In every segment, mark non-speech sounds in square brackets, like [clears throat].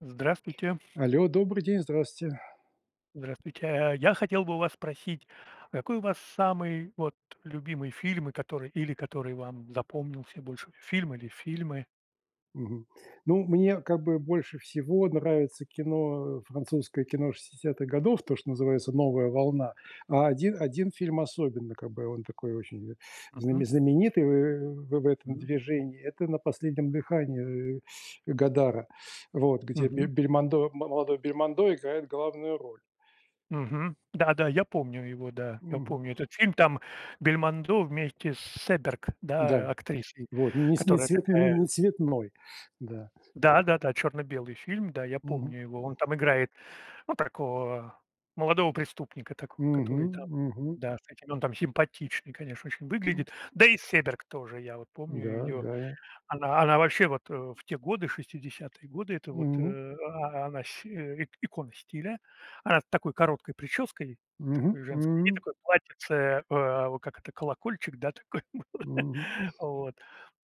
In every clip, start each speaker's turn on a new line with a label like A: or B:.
A: Здравствуйте.
B: Алло, добрый день, здравствуйте.
A: Здравствуйте. Я хотел бы у вас спросить, а какой у вас самый вот любимый фильм, и который или который вам запомнился больше? Фильм или фильмы?
B: Мгм. Ну, мне как бы больше всего нравится кино, французское кино шестидесятых годов, то, что называется "Новая волна". А один фильм особенно, как бы он такой очень, э, знаме
A: Мгм.
B: знаменитый в этом
A: Мгм.
B: движении. Это "На последнем дыхании", Годара. Вот, где Бель
A: Мгм.
B: Бельмондо мо молодой Бельмондо играет главную роль.
A: Мгм. Да-да, я помню его, да, я
B: Мгм.
A: помню этот фильм. Там Бельмондо вместе с Себерг, да,
B: Да,
A: актрисой,
B: вот, не с не
A: которая
B: цвет не
A: такая.
B: не цветной. Да.
A: Да-да-да, черно-белый фильм, да, я
B: Мгм.
A: помню его. Он там играет. Ну, такого молодого преступника такого,
B: Мгм.
A: который там,
B: Мгм.
A: да, с этим он там симпатичный, конечно, очень выглядит. Да и Себерг тоже, я вот помню
B: Да,
A: ее.
B: да.
A: Она вообще вот, в те годы, 60 годы, это вот,
B: Мгм.
A: а она с ик икона стиля. Она с такой короткой прической,
B: Мгм.
A: такой женской, и
B: Мгм.
A: такое платьице, а, о, как это, колокольчик, да, такой [laughs] вот.
B: Мгм.
A: Вот.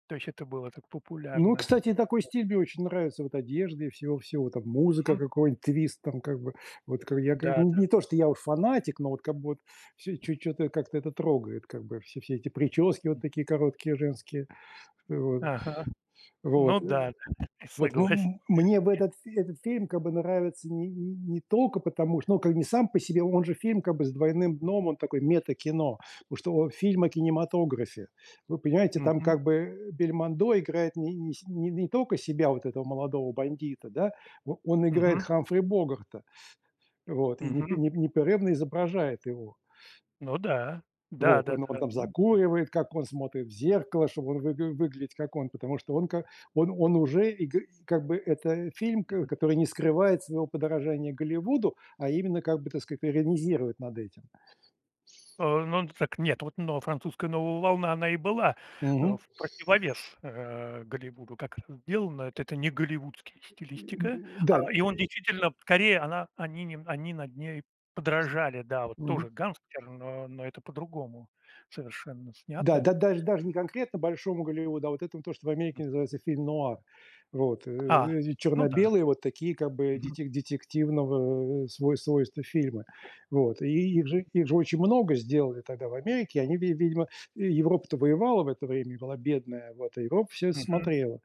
A: То есть это было так
B: Ну,
A: популярно.
B: кстати, такой стиль мне очень нравится, вот одежда и всего-всего, там музыка,
A: Мгм.
B: какой-нибудь твист, там как бы, вот как я, как не
A: Да-да.
B: не то, что я уж фанатик, но вот как бы вот всё чуть чё как-то это трогает, как бы все эти прически вот такие короткие женские, вот,
A: Ага.
B: вот.
A: Ну да, да, [laughs]
B: Вот
A: согласен.
B: мне в этот фильм как бы нравится не только потому, что, ну, как не сам по себе, он же фильм как бы с двойным дном, он такой мета-кино, потому что он фильм о кинематографе. Вы понимаете, там
A: Мгм.
B: как бы Бельмондо играет не не с не не только себя, вот этого молодого бандита, да, о он играет
A: Мгм.
B: Хамфри Богарта, вот, и непре
A: Мгм.
B: не непрерывно изображает его.
A: Ну да.
B: Вот, он
A: Да-да-да.
B: там
A: Ну,
B: закуривает, как он смотрит в зеркало, чтобы он выглядеть как он, потому что он ка он уже и г как бы это фильм, ко
A: мгм.
B: который не скрывает своего подражания Голливуду, а именно как бы, так сказать, иронизирует над этим.
A: Ну так нет, вот но французская новая волна, она и была,
B: Мгм.
A: в противовес, Голливуду. Как это сделано, это не голливудская стилистика,
B: Д да.
A: а, и он действительно скорее она они не они над ней подражали. Да, вот
B: Мгм.
A: тоже гангстер, но это по-другому совершенно
B: Да,
A: снято.
B: да даже не конкретно большому Голливуду, а вот этому, то, что в Америке называется фильм-нуар. Вот,
A: А,
B: и
A: ну да.
B: черно-белые вот такие как бы
A: Мгм.
B: детективного, свойства фильмы. Вот, и их же очень много сделали тогда в Америке. Они, ви видимо Европа-то воевала в это время была бедная, вот, а Европа все это
A: Мгм.
B: смотрела.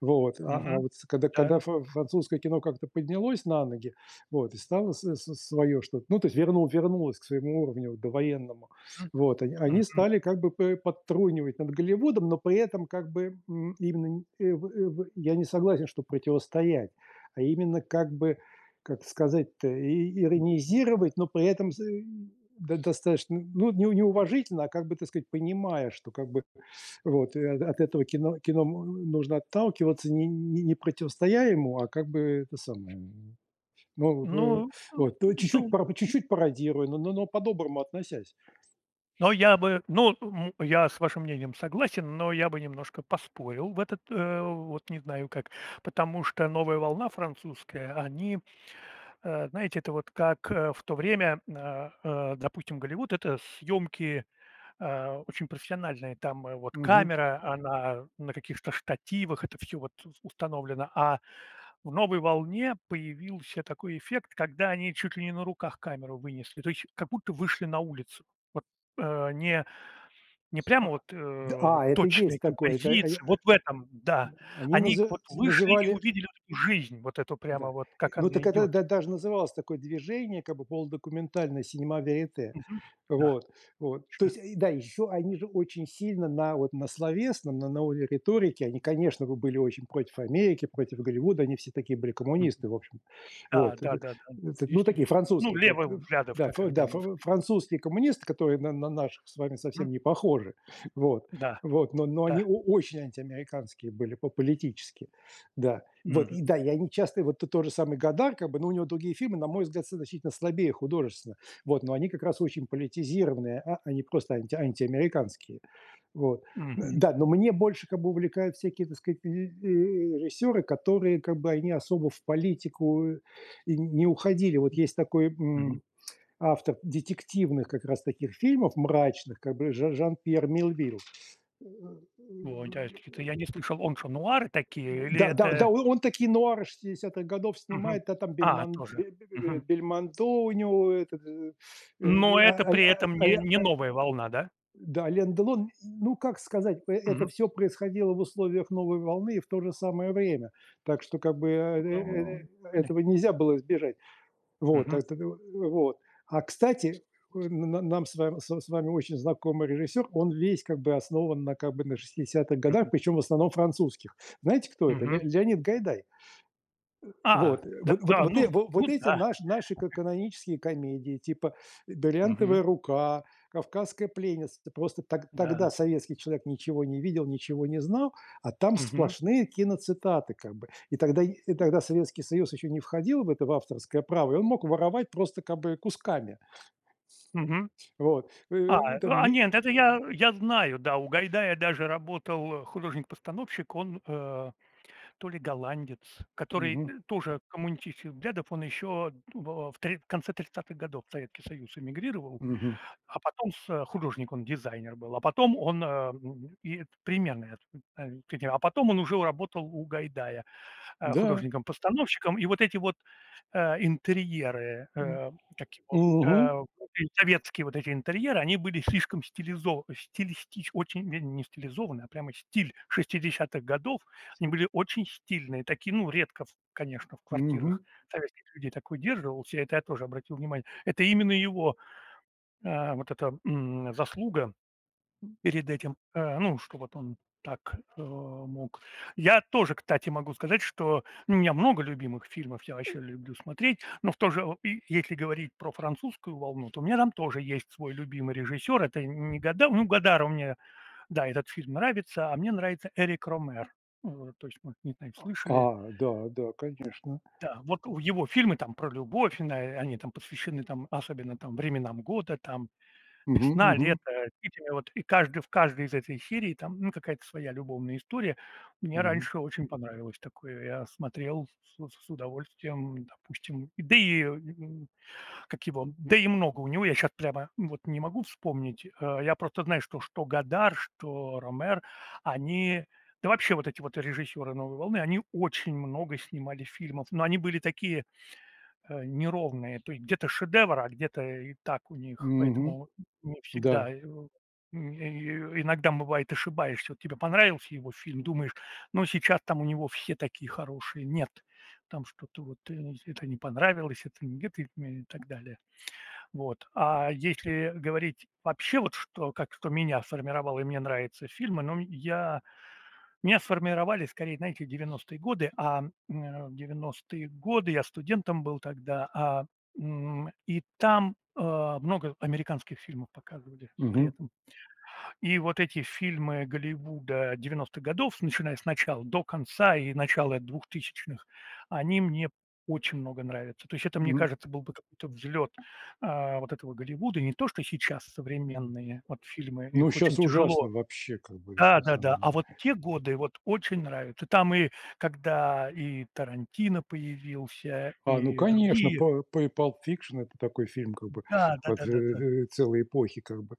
B: Вот, а
A: Мгм.
B: вот с когда когда
A: Да.
B: фра французское кино как-то поднялось на ноги, вот, и стало с своё что-то, ну, то есть вернулось к своему уровню довоенному,
A: Мгм.
B: вот, они
A: Мгм.
B: стали как бы п подтрунивать над Голливудом, но при этом как бы, именно, в я не согласен, что противостоять, а именно как бы, как сказать-то, иронизировать, но при этом до достаточно, ну, не неуважительно, а как бы, так сказать, понимая, что как бы вот, от этого кино нужно отталкиваться, не противостоя ему, а как бы это самое, ну,
A: Ну,
B: э,
A: м,
B: вот, ну,
A: ну.
B: чуть-чуть пародируя, но по-доброму относясь.
A: Но я бы, ну, м, я с вашим мнением согласен, но я бы немножко поспорил в этот, вот не знаю как, потому что новая волна французская, они, знаете, это вот как в то время, допустим, Голливуд, это съемки очень профессиональные, там вот
B: Мгм.
A: камера, она на каких-то штативах, это все вот установлено, а в новой волне появился такой эффект, когда они чуть ли не на руках камеру вынесли, то есть как будто вышли на улицу. Вот э, не не
B: А,
A: прямо вот,
B: д а, это
A: точные
B: есть такое. Это, э,
A: композиции, вот в этом, да.
B: они
A: Они
B: назы
A: вот вышли и
B: называли
A: увидели вот эту жизнь, вот эту прямо
B: да.
A: вот, как
B: Ну,
A: она
B: так это да
A: идет.
B: даже называлось такое движение, как бы полудокументальное синема верите.
A: Мгм. Да,
B: Вот, вот. То
A: точно.
B: есть, да, еще они же очень сильно на вот на словесном, на уровне риторики, они, конечно, бы были очень против Америки, против Голливуда, они все такие были
A: Мгм.
B: коммунисты, в общем.
A: Да,
B: Вот,
A: да-да-да,
B: ну,
A: естественно.
B: такие
A: Ну,
B: французские,
A: левых взглядов,
B: да,
A: как их, да, наз.
B: французские коммунисты, которые на наших с вами
A: Мгм.
B: совсем не похожи, вот,
A: Да,
B: вот, но
A: да.
B: они очень антиамериканские были по политически, да. Вот, и
A: Мгм.
B: да, и они часто, тот же самый Гадар, как бы, но у него другие фильмы, на мой взгляд, значительно слабее художественно вот, но они как раз очень политизированные, а они просто антиамериканские. Вот.
A: Мгм.
B: Да, но мне больше как бы увлекают всякие, так сказать, режиссеры, которые как бы они особо в политику и не уходили. Вот есть такой
A: Мгм.
B: автор детективных как раз таких фильмов мрачных, как бы Жан-Пьер Милвиль. Э, э,
A: О, интересно, это я не слышал. Он что, нуары такие или
B: Да,
A: это?
B: он такие нуары шестидесятых годов
A: Мгм.
B: снимает, да, там
A: А, тоже. Мгм.
B: Бельмондо у него, этот, э,
A: Но это
B: а-
A: при
B: а-
A: этом
B: а-
A: не
B: а,
A: не
B: а,
A: новая волна, да?
B: Да, Лен Делон, ну как сказать, это
A: Мгм.
B: все происходило в условиях новой волны и в то же самое время. Так что как бы,
A: Ну, понятно.
B: этого нельзя было избежать. Вот,
A: Мгм.
B: это, вот. А, кстати, э, нам с вами очень знакомый режиссер, он весь как бы основан на как бы на шестидесятых годах,
A: Мгм.
B: причем в основном французских. Знаете, кто это? Ле
A: Мгм.
B: Леонид Гайдай.
A: А,
B: Вот,
A: да, да, ну ну
B: вот эти
A: да.
B: наши ка канонические комедии, типа
A: Мгм.
B: "Бриллиантовая рука", "Кавказская пленница". Просто тогда
A: Да.
B: советский человек ничего не видел, ничего не знал, а там
A: Мгм.
B: сплошные киноцитаты как бы. И тогда Советский Союз еще не входил в это, в авторское право, и он мог воровать просто как бы кусками.
A: Мгм.
B: Вот,
A: А,
B: э, там ме
A: нет, это я знаю, да. У Гайдая даже работал художник-постановщик, он, то ли голландец, который,
B: Мгм,
A: тоже коммунистических взглядов. Он еще в тре конце 30-х годов в Советский Союз эмигрировал,
B: мгм.
A: а потом с художник, он дизайнер был, а потом он, э, м, и примерно, я т э, а потом он уже работал у Гайдая,
B: Да,
A: художником-постановщиком. И вот эти вот, интерьеры,
B: м,
A: как его,
B: мгм,
A: советские вот эти интерьеры, они были слишком стилизованы, стилистич очень, не стилизованы, а прямо стиль 60-х годов. Они были очень стильные, такие, ну, редко, в конечно, в
B: мгм.
A: квартирах советских людей так выдерживалось. Я тоже обратил внимание. Это именно его, вот эта, м, заслуга. Перед этим, ну, что вот он так, мог. Я тоже, кстати, могу сказать, что у меня много любимых фильмов, я вообще люблю смотреть, но в то же и если говорить про французскую волну, то у меня там тоже есть свой любимый режиссер. Это не Годар мне, да, этот фильм нравится, а мне нравится Эрик Ромер. Э, То есть, мы не знаю, слышали.
B: А, да, да, конечно.
A: Да, вот у его фильмы там про любовь, на они там посвящены там, особенно там временам года, там.
B: Мгм,
A: Весна,
B: мгм,
A: лето, видимо, вот и каждый в каждой из этой серии там, ну, какая-то своя любовная история. Мне
B: мгм,
A: раньше очень понравилось такое. Я смотрел с удовольствием, допустим, да и, м, как его, да и много у него. Я сейчас прямо вот не могу вспомнить. Я просто знаю, что Гадар что Ромер, они, да вообще вот эти вот режиссеры "Новой волны", они очень много снимали фильмов, но они были такие, неровные. То есть где-то шедевр, а где-то и так у них.
B: мгм.
A: Поэтому не всегда,
B: Да.
A: и иногда бывает ошибаешься. Вот тебе понравился его фильм, думаешь, ну сейчас там у него все такие хорошие. Нет, там что-то вот, это не понравилось, это не где-то и так далее. Вот. А если говорить вообще вот что, как что меня сформировало и мне нравятся фильмы, ну я меня сформировали скорее, знаете, 90-е годы, в 90 годы я студентом был тогда, а, м, и там, а, много американских фильмов показывали при
B: Мгм,
A: этом. И вот эти фильмы Голливуда 90-х годов, начиная с начала, до конца и начала 2000-х, они мне очень много нравятся. То есть это, мне
B: мгм,
A: кажется, был бы какой-то взлет, а, вот этого Голливуда. Не то, что сейчас
B: м.
A: современные вот фильмы,
B: Ну,
A: их
B: сейчас
A: очень
B: ужасно
A: тяжело.
B: вообще, как бы, это
A: Да-да-да.
B: самое,
A: А
B: да.
A: вот те годы вот очень нравятся. Там и когда и Тарантино появился,
B: А, ну,
A: и
B: конечно,
A: другие.
B: по и Pulp Fiction — это такой фильм, как бы,
A: Да,
B: вот,
A: да-да-да-да.
B: целой эпохи, как бы,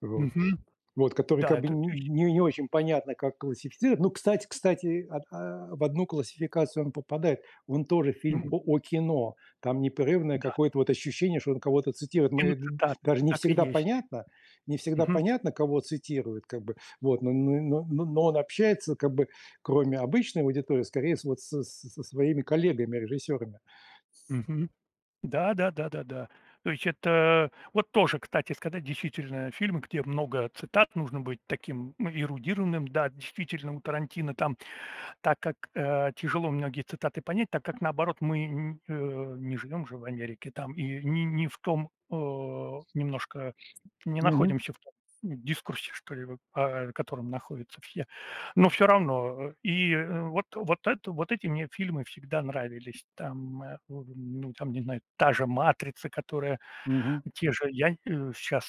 B: вот.
A: Мгм.
B: Вот, который
A: Да,
B: как бы
A: это тыщ.
B: не очень понятно, как классифицировать. Ну, кстати, а в одну классификацию он попадает. Он тоже фильм
A: Мгм.
B: о кино. Там непрерывное
A: Да,
B: какое-то вот ощущение, что он кого-то цитирует. Мы д
A: киноцитаты.
B: даже не
A: Так и
B: всегда
A: есть.
B: понятно не всегда
A: Мгм.
B: понятно, кого цитирует, как бы. Вот, но он общается, как бы, кроме обычной аудитории, скорее с вот со своими коллегами, режиссерами.
A: Мгм. Да, да, да-да-да. То есть это вот тоже, кстати сказать, действительно фильмы, где много цитат, нужно быть таким, ну, эрудированным. Да, действительно, у Тарантино там. Так как, тяжело многие цитаты понять, так как, наоборот, мы не живем же в Америке там и не в том, немножко не
B: Мгм,
A: находимся в том дискурсе, что ли, вот, а, в котором находятся все. Но все равно, вот это вот эти мне фильмы всегда нравились. Там, ну, там, не знаю, та же "Матрица", которая
B: мгм,
A: те же я, сейчас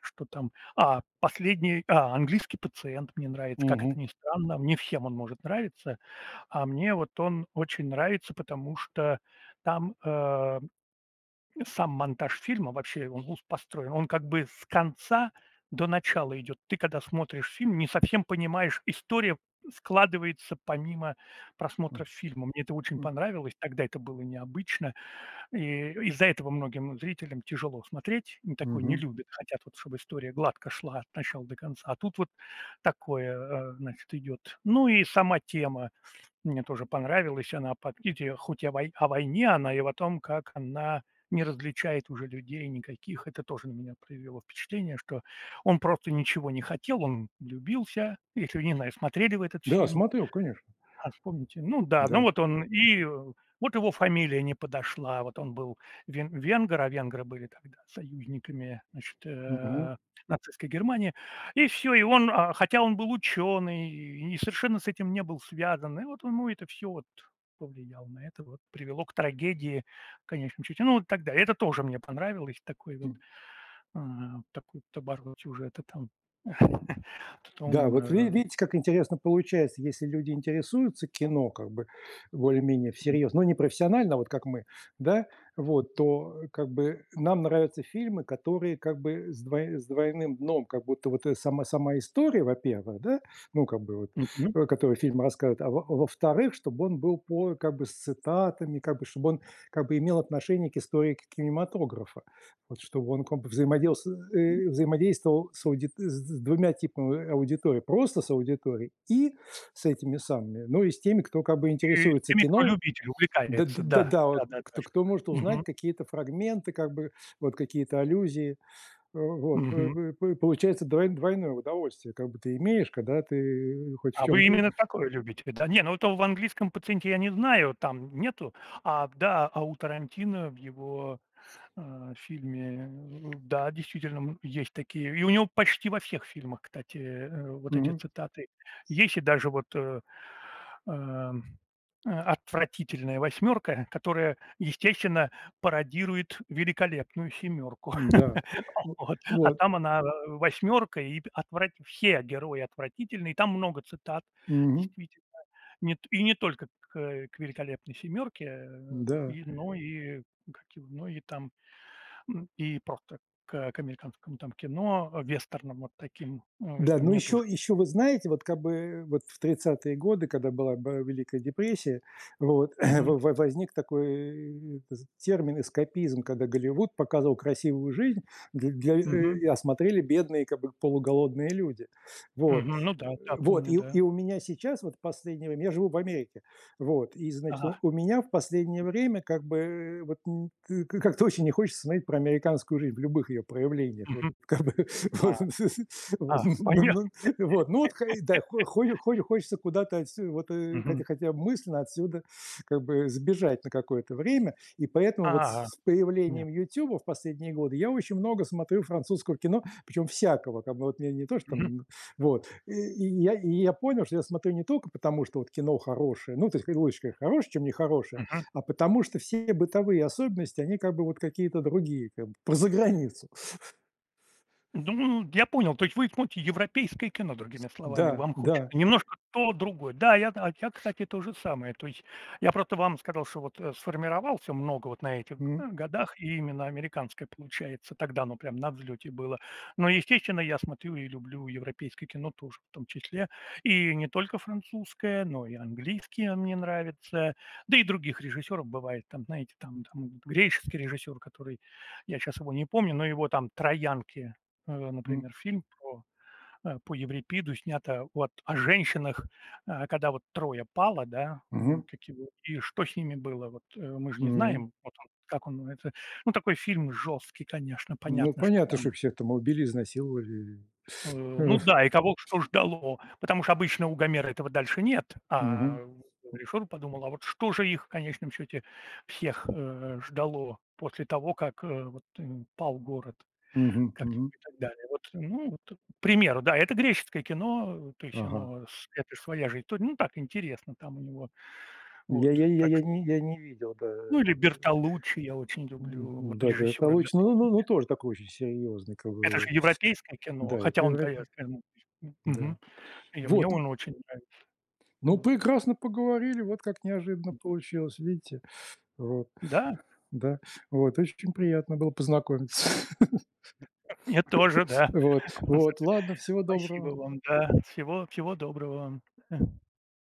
A: что там, а, последний, а, "Английский пациент" мне нравится, как
B: мгм,
A: это ни странно, не всем он может нравиться. А мне вот он очень нравится, потому что там, сам монтаж фильма, вообще он ус построен, он как бы с конца до начала идет. Ты, когда смотришь фильм, не совсем понимаешь, история складывается помимо
B: м,
A: просмотра фильма. Мне это очень
B: м,
A: понравилось, тогда это было необычно, и из-за этого многим зрителям тяжело смотреть, м, такое не
B: мгм.
A: любят, хотят вот, чтобы история гладко шла от начала до конца. А тут вот такое, значит, идет. Ну и сама тема мне тоже понравилась. Она по книге, хоть и о войне, она и о том, как она не различает уже людей никаких. Это тоже на меня произвело впечатление, что он просто ничего не хотел, он влюбился. Если, не знаю, смотрели вы этот
B: Да,
A: фильм?
B: смотрел, конечно,
A: А, вспомните. Ну да, ну
B: да.
A: вот он и, вот его фамилия не подошла. Вот он был венгр, а венгры были тогда союзниками, значит,
B: Мгм.
A: нацистской Германии. И все, и он, а, хотя он был ученый и совершенно с этим не был связан, и вот ему это все вот повлияло на это, вот привело к трагедии в конечном счете. Ну, вот тогда это тоже мне понравилось, такой вот, а, такой вот оборот сюжета там. [laughs]
B: Да,
A: Потом,
B: вот ви видите, как интересно получается, если люди интересуются кино, как бы более-менее всерьез, но не профессионально, вот как мы, да, вот, то, как бы нам нравятся фильмы, которые как бы с двойным дном, как будто вот, сама история, во-первых, да, ну, как бы вот,
A: мгм.
B: который фильм рассказывает, а во во-вторых, чтобы он был по как бы с цитатами, как бы чтобы он как бы имел отношение к истории кинематографа. Вот чтобы он комп взаимодействовал, взаимодействовал с двумя типами аудитории. Просто с аудиторией и с этими самыми, ну и с теми, кто как бы
A: И с
B: интересуется
A: теми, кто
B: кино.
A: любит увлекается, да.
B: Да-да-да, вот
A: Да-да-да.
B: кто, кто может узнать
A: Мгм,
B: какие-то фрагменты, как бы вот какие-то аллюзии. Вот.
A: мгм.
B: Получается двойное удовольствие, как бы ты имеешь, когда ты хоть в
A: А вы
B: чем-то…
A: именно такое любите, да? Не, ну это в английском "Пациенте" я не знаю, там нету. А, да, а у Тарантино в его, фильме, да, действительно, м, есть такие. И у него почти во всех фильмах, кстати, вот эти
B: Мгм.
A: цитаты есть. И даже вот, эм, "Отвратительная восьмерка", которая, естественно, пародирует "Великолепную семерку".
B: Да.
A: [laughs]
B: В-
A: Вот, а
B: Вот.
A: там она, "Восьмерка", и п отврат все герои отвратительные. И там много цитат,
B: Мгм.
A: действительно. Нет, и не только к "Великолепной семерке",
B: Да.
A: и, но и как его, ну и там, м, и просто к американскому там кино, вестернам вот таким,
B: Да,
A: этим
B: ну
A: мне тоже.
B: еще вы знаете, вот как бы вот в тридцатые годы, когда была б Великая депрессия, вот [clears throat]
A: Мгм,
B: во во возник такой, термин эскапизм, когда Голливуд показывал красивую жизнь дл для,
A: мгм,
B: а смотрели бедные, как бы полуголодные люди. Вот,
A: мгм. Ну
B: э,
A: да, да,
B: вот
A: помню,
B: и
A: да.
B: и у меня сейчас вот в последнее время я живу в Америке, вот, и, значит,
A: Ага,
B: у меня в последнее время как бы, вот н т как-то очень не хочется смотреть про американскую жизнь в любых ее проявлениях. Вот
A: мгм.
B: как бы [laughs]
A: А,
B: вот [laughs] Вот,
A: а, понятно.
B: ну ну, вот, да, хо хо хочется куда-то вот,
A: Мгм.
B: хотя бы мысленно отсюда как бы сбежать на какое-то время. И поэтому вот
A: А,
B: с появлением
A: понятно.
B: YouTube в последние годы я очень много смотрю французского кино, причем всякого, как бы вот мне не то, что там вот. И я понял, что я смотрю не только потому, что вот кино хорошее, ну, то есть лучше хорошее, чем нехорошее, а потому что все бытовые особенности, они как бы вот какие-то другие, как бы про заграницу.
A: Ну, я понял. То есть вы смотрите европейское кино, другими словами.
B: Да,
A: Вам
B: да.
A: хочется немножко то, другое. Да, я, кстати, то же самое. То есть я просто вам сказал, что вот, сформировался много вот на этих
B: М,
A: годах, и именно американское получается. Тогда оно прям на взлете было. Но, естественно, я смотрю и люблю европейское кино тоже в том числе. И не только французское, но и английское мне нравится. Да и других режиссеров бывает. Там, знаете, там, вот греческий режиссер, который, я сейчас его не помню, но его там «Троянки»,
B: м,
A: например, фильм про, по Еврипиду, снято вот о женщинах, когда вот Троя пала, да,
B: мгм.
A: м, как его, и что с ними было, вот, мы же не
B: М.
A: знаем, вот он, как он это. Ну, такой фильм жесткий, конечно,
B: Ну,
A: понятно, что
B: понятно,
A: там,
B: что всех там убили, изнасиловали. [laughs] Э,
A: ну да, и кого что ждало, потому что обычно у Гомера этого дальше нет,
B: Мгм.
A: а Ришор подумал, а вот что же их в конечном счете всех, ждало после того, как, вот, пал город?
B: Мгм.
A: Как
B: Мгм.
A: и так далее. Вот, ну, вот, к примеру, да, это греческое кино, вот, то есть
B: Ага.
A: оно с это ж своя же история, ну, так интересно там у него, вот, так что.
B: Я не видел, да,
A: Ну, или Бертолуччи, я очень люблю вот
B: да,
A: режиссера
B: «Колотолыч». Ну,
A: Бертолуччи.
B: тоже такой очень серьезный, как
A: Это же
B: бы.
A: европейское кино,
B: Да,
A: хотя
B: это
A: он
B: европе
A: итальянское, ну, то
B: да.
A: мгм. И мне
B: Вот, н
A: он очень нравится.
B: ну,
A: Вот.
B: прекрасно поговорили, вот как неожиданно получилось, видите? Вот,
A: Да,
B: да, вот, очень приятно было познакомиться. [laughs]
A: мне тоже, да.
B: Вот,
A: [laughs]
B: вот, ладно, всего
A: Спасибо
B: доброго.
A: вам, да. Всего доброго вам. Э.